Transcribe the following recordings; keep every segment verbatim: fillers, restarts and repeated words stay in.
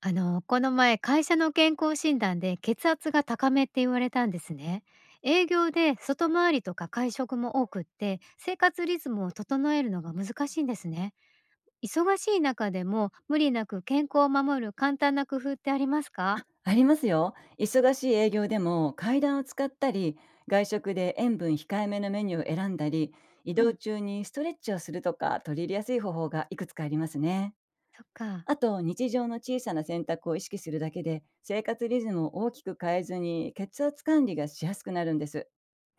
あの、この前、会社の健康診断で血圧が高めって言われたんですね。営業で外回りとか会食も多くって、生活リズムを整えるのが難しいんですね。忙しい中でも無理なく健康を守る簡単な工夫ってありますか？ありますよ。忙しい営業でも階段を使ったり、外食で塩分控えめのメニューを選んだり、移う動ん、中にストレッチをするとか取り入れやすい方法がいくつかありますね。そっか。あと、日常の小さな選択を意識するだけで、生活リズムを大きく変えずに血圧管理がしやすくなるんです。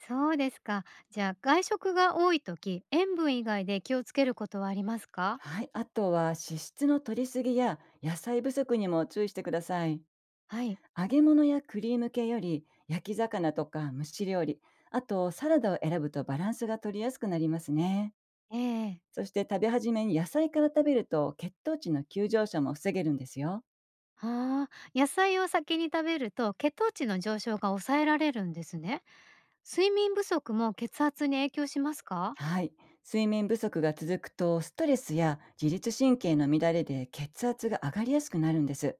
そうですか。じゃあ、外食が多い時、塩分以外で気をつけることはありますか？はい、あとは脂質の摂りすぎや野菜不足にも注意してください。はい。揚げ物やクリーム系より焼き魚とか蒸し料理、あとサラダを選ぶとバランスが取りやすくなりますね。ええ。そして食べ始めに野菜から食べると血糖値の急上昇も防げるんですよ。ああ、野菜を先に食べると血糖値の上昇が抑えられるんですね。睡眠不足も血圧に影響しますか？はい、睡眠不足が続くとストレスや自律神経の乱れで血圧が上がりやすくなるんです。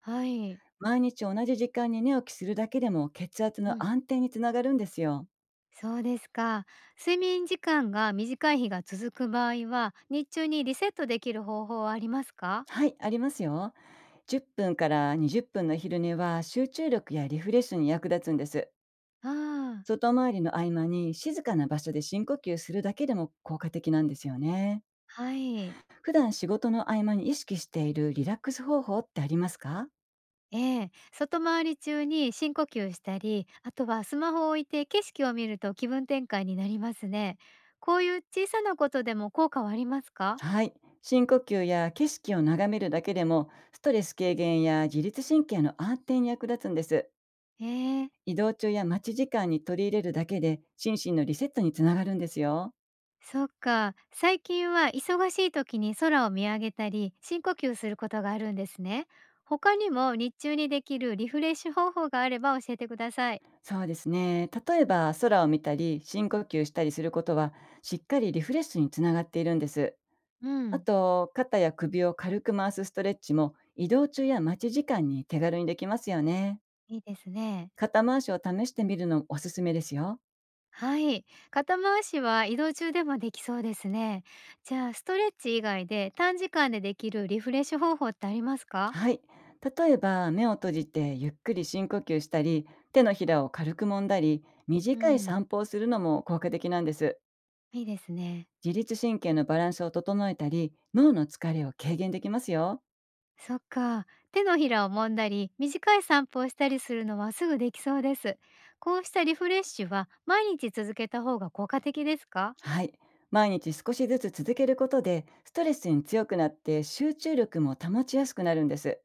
はい。毎日同じ時間に寝起きするだけでも血圧うのん。安定につながるんですよ。そうですか。睡眠時間が短い日が続く場合は、日中にリセットできる方法はありますか？はい、ありますよ。じゅっぷんからにじゅっぷんの昼寝は集中力やリフレッシュに役立つんです。ああ、外回りの合間に静かな場所で深呼吸するだけでも効果的なんですよね。はい。普段仕事の合間に意識しているリラックス方法ってありますか？ええ、外回り中に深呼吸したり、あとはスマホを置いて景色を見ると気分転換になりますね。こういう小さなことでも効果はありますか？はい。深呼吸や景色を眺めるだけでもストレス軽減や自律神経の安定に役立つんです。ええ。移動中や待ち時間に取り入れるだけで心身のリセットにつながるんですよ。そっか。最近は忙しい時に空を見上げたり、深呼吸することがあるんですね。他にも日中にできるリフレッシュ方法があれば教えてください。そうですね。例えば空を見たり深呼吸したりすることは、しっかりリフレッシュにつながっているんです。うあん。と、肩や首を軽く回すストレッチも移動中や待ち時間に手軽にできますよね。いいですね。肩回しを試してみるのもおすすめですよ。はい。肩回しは移動中でもできそうですね。じゃあ、ストレッチ以外で短時間でできるリフレッシュ方法ってありますか？はい。例えば、目を閉じてゆっくり深呼吸したり、手のひらを軽く揉んだり、う短いん。散歩をするのも効果的なんです。いいですね。自律神経のバランスを整えたり、脳の疲れを軽減できますよ。そっか。手のひらを揉んだり、短い散歩をしたりするのはすぐできそうです。こうしたリフレッシュは毎日続けた方が効果的ですか？はい。毎日少しずつ続けることで、ストレスに強くなって集中力も保ちやすくなるんです。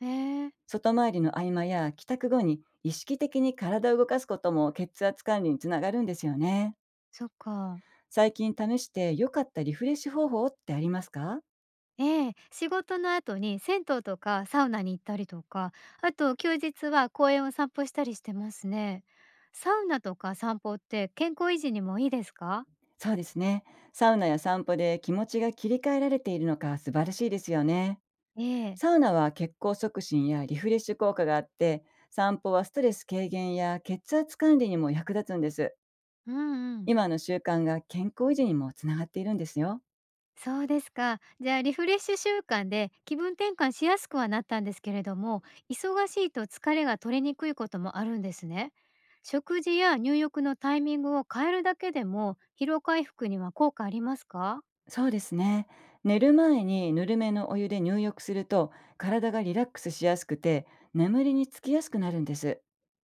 えー、外回りの合間や帰宅後に意識的に体を動かすことも血圧管理につながるんですよね。そっか。最近試して良かったリフレッシュ方法ってありますか？ええ、仕事の後に銭湯とかサウナに行ったりとか、あと休日は公園を散歩したりしてますね。サウナとか散歩って健康維持にもいいですか？そうですね。サウナや散歩で気持ちが切り替えられているのか素晴らしいですよね。ええ。サウナは血行促進やリフレッシュ効果があって、散歩はストレス軽減や血圧管理にも役立つんです。うんうん。今の習慣が健康維持にもつながっているんですよ。そうですか。じゃあリフレッシュ習慣で気分転換しやすくはなったんですけれども、忙しいと疲れが取れにくいこともあるんですね。食事や入浴のタイミングを変えるだけでも疲労回復には効果ありますか？そうですね。寝る前にぬるめのお湯で入浴すると、体がリラックスしやすくて眠りにつきやすくなるんです。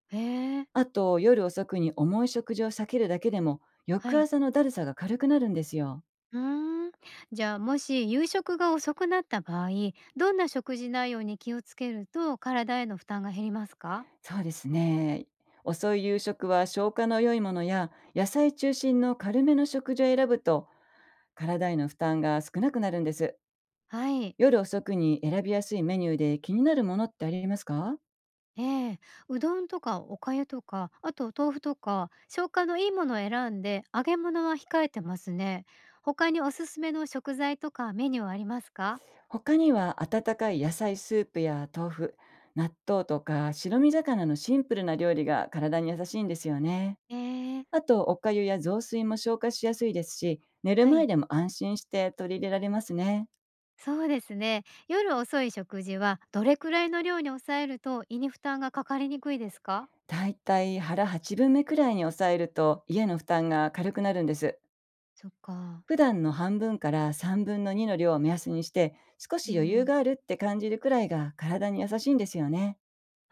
へえ。あと夜遅くに重い食事を避けるだけでもは翌い。朝のだるさが軽くなるんですよ。うーん。じゃあもし夕食が遅くなった場合、どんな食事内容に気をつけると体への負担が減りますか？そうですね。遅い夕食は消化の良いものや野菜中心の軽めの食事を選ぶと、体への負担が少なくなるんです。はい。夜遅くに選びやすいメニューで気になるものってありますか？ええ、うどんとかお粥とか、あと豆腐とか、消化のいいものを選んで、揚げ物は控えてますね。他におすすめの食材とかメニューはありますか？他には温かい野菜スープや豆腐、納豆とか白身魚のシンプルな料理が体に優しいんですよね。ええ、あと、おかゆや雑炊も消化しやすいですし、寝るは前い、でも安心して取り入れられますね。そうですね。夜遅い食事はどれくらいの量に抑えると胃に負担がかかりにくいですか？だいたい腹はちぶんめくらいに抑えると家の負担が軽くなるんです。そっか。普段の半分からさんぶんのにの量を目安にして、少うし余裕ん、があるって感じるくらいが体に優しいんですよね。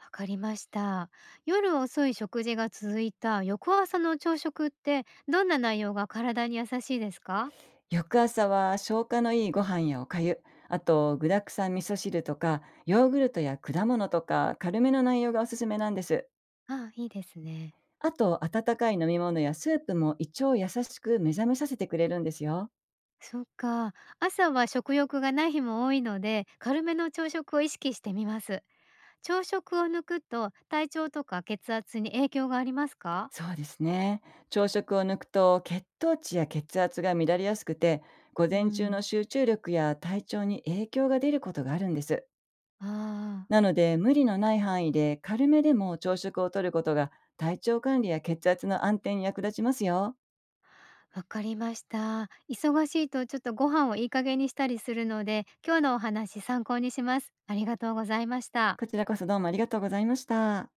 わかりました。夜遅い食事が続いた翌朝の朝食って、どんな内容が体に優しいですか？翌朝は消化のいいご飯やおかゆ、あと具沢山味噌汁とか、ヨーグルトや果物とか軽めの内容がおすすめなんです。ああ、いいですね。あと温かい飲み物やスープも胃腸を優しく目覚めさせてくれるんですよ。そっか。朝は食欲がない日も多いので、軽めの朝食を意識してみます。朝食を抜くと体調とか血圧に影響がありますか？そうですね。朝食を抜くと血糖値や血圧が乱れやすくて、午う前中ん。の集中力や体調に影響が出ることがあるんです。あなので無理のない範囲で軽めでも朝食をとることが体調管理や血圧の安定に役立ちますよ。あ、わかりました。忙しいとちょっとご飯をいい加減にしたりするので、今日のお話参考にします。ありがとうございました。こちらこそどうもありがとうございました。